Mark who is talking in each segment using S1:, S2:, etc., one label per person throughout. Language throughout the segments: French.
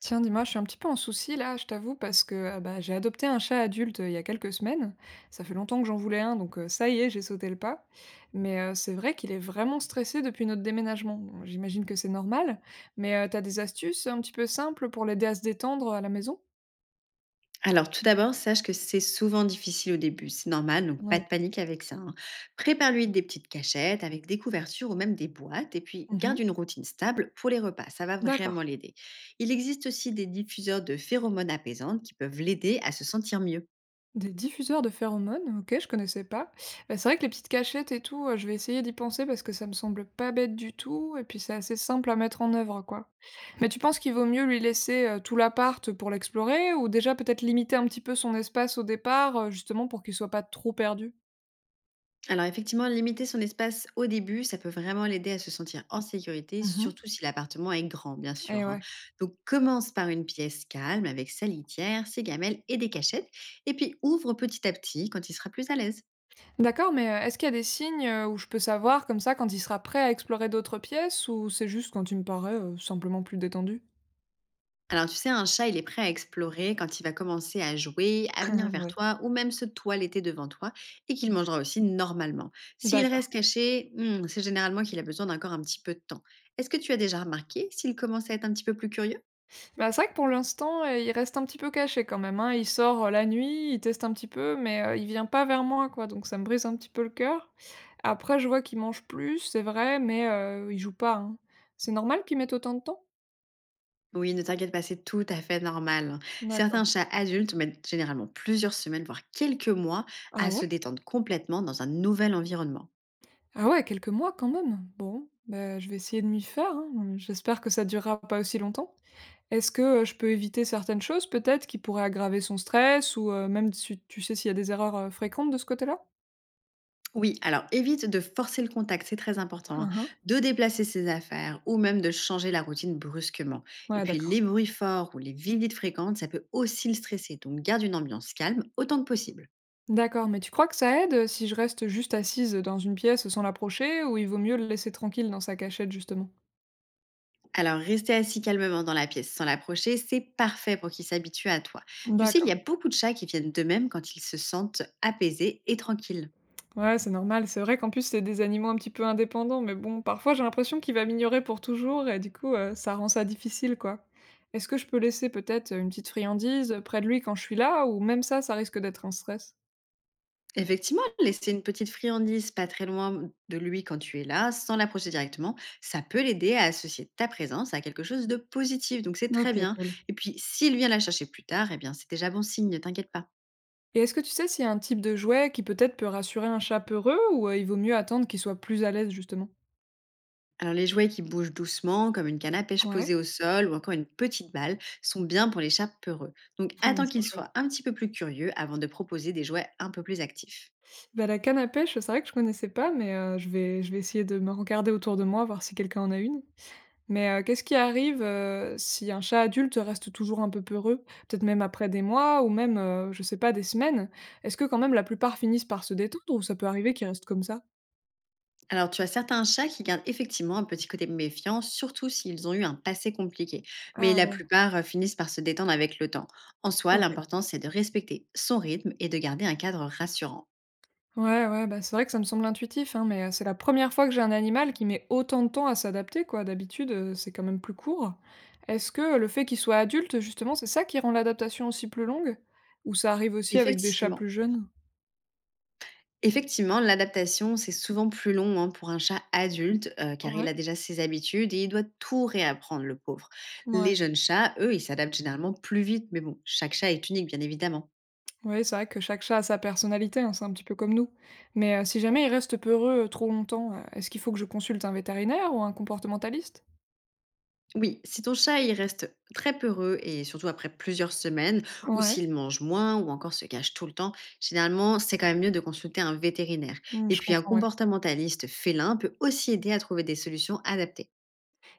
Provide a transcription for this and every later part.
S1: Tiens, dis-moi, je suis un petit peu en souci là, je t'avoue, parce que j'ai adopté un chat adulte il y a quelques semaines. Ça fait longtemps que j'en voulais un, donc ça y est, j'ai sauté le pas. Mais c'est vrai qu'il est vraiment stressé depuis notre déménagement. Bon, j'imagine que c'est normal, mais t'as des astuces un petit peu simples pour l'aider à se détendre à la maison?
S2: Alors, tout d'abord, sache que c'est souvent difficile au début, c'est normal, donc pas
S1: Ouais.
S2: de panique avec ça, hein. Prépare-lui des petites cachettes avec des couvertures ou même des boîtes, et puis garde
S1: Mhm.
S2: une routine stable pour les repas, ça va
S1: D'accord.
S2: vraiment l'aider. Il existe aussi des diffuseurs de phéromones apaisantes qui peuvent l'aider à se sentir mieux.
S1: Des diffuseurs de phéromones? OK, je connaissais pas. Bah, c'est vrai que les petites cachettes et tout, je vais essayer d'y penser parce que ça me semble pas bête du tout et puis c'est assez simple à mettre en œuvre, quoi. Mais tu penses qu'il vaut mieux lui laisser, tout l'appart pour l'explorer ou déjà peut-être limiter un petit peu son espace au départ, justement pour qu'il soit pas trop perdu?
S2: Alors effectivement, limiter son espace au début, ça peut vraiment l'aider à se sentir en sécurité,
S1: Mmh.
S2: surtout si l'appartement est grand, bien
S1: Eh
S2: sûr, hein.
S1: ouais.
S2: Donc commence par une pièce calme avec sa litière, ses gamelles et des cachettes, et puis ouvre petit à petit quand il sera plus à l'aise.
S1: D'accord, mais, est-ce qu'il y a des signes, où je peux savoir comme ça quand il sera prêt à explorer d'autres pièces ou c'est juste quand il me paraît, simplement plus détendu?
S2: Alors tu sais, un chat, il est prêt à explorer quand il va commencer à jouer, à venir vers
S1: Ouais.
S2: toi ou même se toiletter devant toi et qu'il mangera aussi normalement. S'il
S1: D'accord.
S2: reste caché, c'est généralement qu'il a besoin d'un corps un petit peu de temps. Est-ce que tu as déjà remarqué s'il commence à être un petit peu plus curieux?
S1: Bah, c'est vrai que pour l'instant, il reste un petit peu caché quand même, hein. Il sort, la nuit, il teste un petit peu, mais, il vient pas vers moi, quoi, donc ça me brise un petit peu le cœur. Après, je vois qu'il mange plus, c'est vrai, mais, il joue pas, hein. C'est normal qu'il mette autant de temps?
S2: Oui, ne t'inquiète pas, c'est tout à fait normal. Certains
S1: D'accord.
S2: chats adultes mettent généralement plusieurs semaines, voire quelques mois,
S1: Ah
S2: à se
S1: ouais?
S2: détendre complètement dans un nouvel environnement.
S1: Ah ouais, quelques mois quand même. Bon, bah, je vais essayer de m'y faire, hein, j'espère que ça durera pas aussi longtemps. Est-ce que, je peux éviter certaines choses peut-être qui pourraient aggraver son stress ou, même si tu sais s'il y a des erreurs, fréquentes de ce côté-là?
S2: Oui, alors évite de forcer le contact, c'est très important, hein,
S1: Mmh mh.
S2: de déplacer ses affaires ou même de changer la routine brusquement. Et
S1: Ouais,
S2: puis les
S1: d'accord.
S2: bruits forts ou les visites fréquentes, ça peut aussi le stresser, donc garde une ambiance calme autant que possible.
S1: D'accord, mais tu crois que ça aide, si je reste juste assise, dans une pièce sans l'approcher ou il vaut mieux le laisser tranquille dans sa cachette justement?
S2: Alors, rester assis calmement dans la pièce sans l'approcher, c'est parfait pour qu'ils s'habituent à toi. Tu sais, il y
S1: D'accord.
S2: a beaucoup de chats qui viennent d'eux-mêmes quand ils se sentent apaisés et tranquilles.
S1: Ouais, c'est normal. C'est vrai qu'en plus, c'est des animaux un petit peu indépendants, mais bon, parfois j'ai l'impression qu'il va m'ignorer pour toujours et du coup, ça rend ça difficile, quoi. Est-ce que je peux laisser peut-être, une petite friandise, près de lui quand je suis là ou même ça, ça risque d'être un stress?
S2: Effectivement, laisser une petite friandise pas très loin de lui quand tu es là, sans l'approcher directement, ça peut l'aider à associer ta présence à quelque chose de positif. Donc, c'est très
S1: OK,
S2: bien.
S1: cool.
S2: Et puis, s'il vient la chercher plus tard, eh bien, c'est déjà bon signe, t'inquiète pas.
S1: Et est-ce que tu sais s'il y a un type de jouet qui peut-être peut rassurer un chat peureux ou, il vaut mieux attendre qu'il soit plus à l'aise justement?
S2: Alors les jouets qui bougent doucement, comme une canne à pêche posée
S1: Ouais,
S2: au sol ou encore une petite balle, sont bien pour les chats peureux. Donc attends
S1: ils
S2: qu'ils
S1: sont chouettes.
S2: soient un petit peu plus curieux avant de proposer des jouets un peu plus actifs.
S1: Bah, la canne à pêche, c'est vrai que je connaissais pas, mais je vais essayer de me regarder autour de moi, voir si quelqu'un en a une. Mais qu'est-ce qui arrive, si un chat adulte reste toujours un peu peureux? Peut-être même après des mois ou même, je sais pas, des semaines? Est-ce que quand même la plupart finissent par se détendre ou ça peut arriver qu'ils restent comme ça?
S2: Alors tu as certains chats qui gardent effectivement un petit côté méfiant, surtout s'ils ont eu un passé compliqué. Mais
S1: Ah
S2: la
S1: ouais,
S2: plupart finissent par se détendre avec le temps. En soi,
S1: OK.
S2: l'important c'est de respecter son rythme et de garder un cadre rassurant.
S1: Ouais, ouais, bah, c'est vrai que ça me semble intuitif, hein, mais, c'est la première fois que j'ai un animal qui met autant de temps à s'adapter, quoi. D'habitude, c'est quand même plus court. Est-ce que le fait qu'il soit adulte, justement, c'est ça qui rend l'adaptation aussi plus longue? Ou ça arrive aussi avec des chats
S2: Effectivement,
S1: plus jeunes?
S2: Effectivement, l'adaptation, c'est souvent plus long hein, pour un chat adulte, car il
S1: Ouais,
S2: a déjà ses habitudes et il doit tout réapprendre, le pauvre. Les
S1: ouais.
S2: jeunes chats, eux, ils s'adaptent généralement plus vite, mais bon, chaque chat est unique, bien évidemment.
S1: Ouais, c'est vrai que chaque chat a sa personnalité, hein, c'est un petit peu comme nous. Mais, si jamais il reste peureux, trop longtemps, est-ce qu'il faut que je consulte un vétérinaire ou un comportementaliste?
S2: Oui, si ton chat, il reste très peureux, et surtout après plusieurs semaines, ou
S1: Ouais,
S2: s'il mange moins, ou encore se cache tout le temps, généralement, c'est quand même mieux de consulter un vétérinaire.
S1: mmh,
S2: Et
S1: je
S2: puis, un
S1: comprends, ouais.
S2: comportementaliste félin peut aussi aider à trouver des solutions adaptées.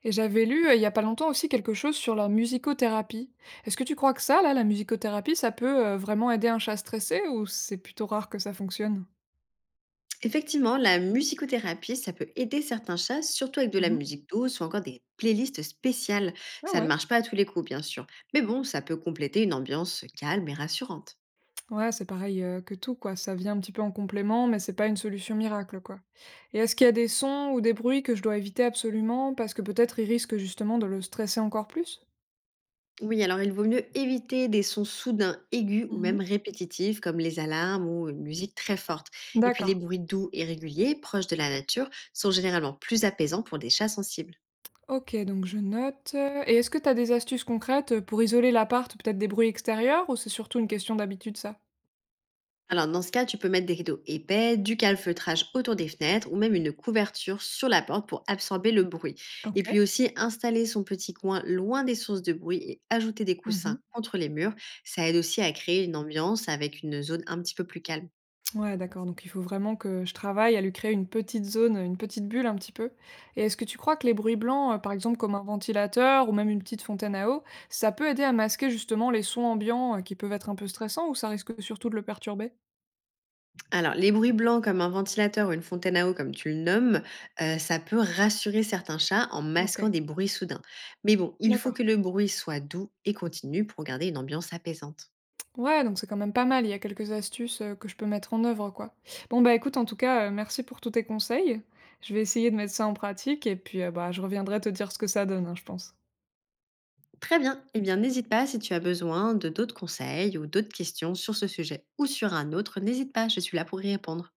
S1: Et j'avais lu, il y a pas longtemps aussi quelque chose sur la musicothérapie. Est-ce que tu crois que ça là, la musicothérapie, ça peut, vraiment aider un chat stressé ou c'est plutôt rare que ça fonctionne?
S2: Effectivement, la musicothérapie, ça peut aider certains chats, surtout avec de la
S1: Mmh.
S2: musique douce ou encore des playlists spéciales.
S1: Ah
S2: Ça ne
S1: ouais?
S2: marche pas à tous les coups, bien sûr. Mais bon, ça peut compléter une ambiance calme et rassurante.
S1: Ouais, c'est pareil, que tout quoi, ça vient un petit peu en complément, mais c'est pas une solution miracle, quoi. Et est-ce qu'il y a des sons ou des bruits que je dois éviter absolument parce que peut-être ils risquent justement de le stresser encore plus?
S2: Oui, alors il vaut mieux éviter des sons soudains, aigus ou même
S1: Mmh.
S2: répétitifs, comme les alarmes ou une musique très forte. Et puis les
S1: D'accord.
S2: bruits doux et réguliers, proches de la nature, sont généralement plus apaisants pour des chats sensibles.
S1: OK, donc je note, et est-ce que tu as des astuces concrètes, pour isoler l'appart, peut-être des bruits extérieurs ou c'est surtout une question d'habitude ça?
S2: Alors, dans ce cas, tu peux mettre des rideaux épais, du calfeutrage autour des fenêtres ou même une couverture sur la porte pour absorber le bruit. Et
S1: OK.
S2: puis aussi, installer son petit coin loin des sources de bruit et ajouter des
S1: Mmh.
S2: coussins contre les murs, ça aide aussi à créer une ambiance avec une zone un petit peu plus calme.
S1: Ouais, d'accord, donc il faut vraiment que je travaille à lui créer une petite zone, une petite bulle un petit peu. Et est-ce que tu crois que les bruits blancs, par exemple comme un ventilateur ou même une petite fontaine à eau, ça peut aider à masquer justement les sons ambiants qui peuvent être un peu stressants ou ça risque surtout de le perturber?
S2: Alors, les bruits blancs comme un ventilateur ou une fontaine à eau, comme tu le nommes, ça peut rassurer certains chats en
S1: Ok,
S2: masquant des bruits soudains. Mais bon, il faut
S1: d'accord.
S2: que le bruit soit doux et continu pour garder une ambiance apaisante.
S1: Ouais, donc c'est quand même pas mal, il y a quelques astuces que je peux mettre en œuvre, quoi. Bon bah écoute, en tout cas, merci pour tous tes conseils. Je vais essayer de mettre ça en pratique et puis bah je reviendrai te dire ce que ça donne, hein, je pense.
S2: Très bien. Eh bien, n'hésite pas si tu as besoin de d'autres conseils ou d'autres questions sur ce sujet ou sur un autre. N'hésite pas, je suis là pour y répondre.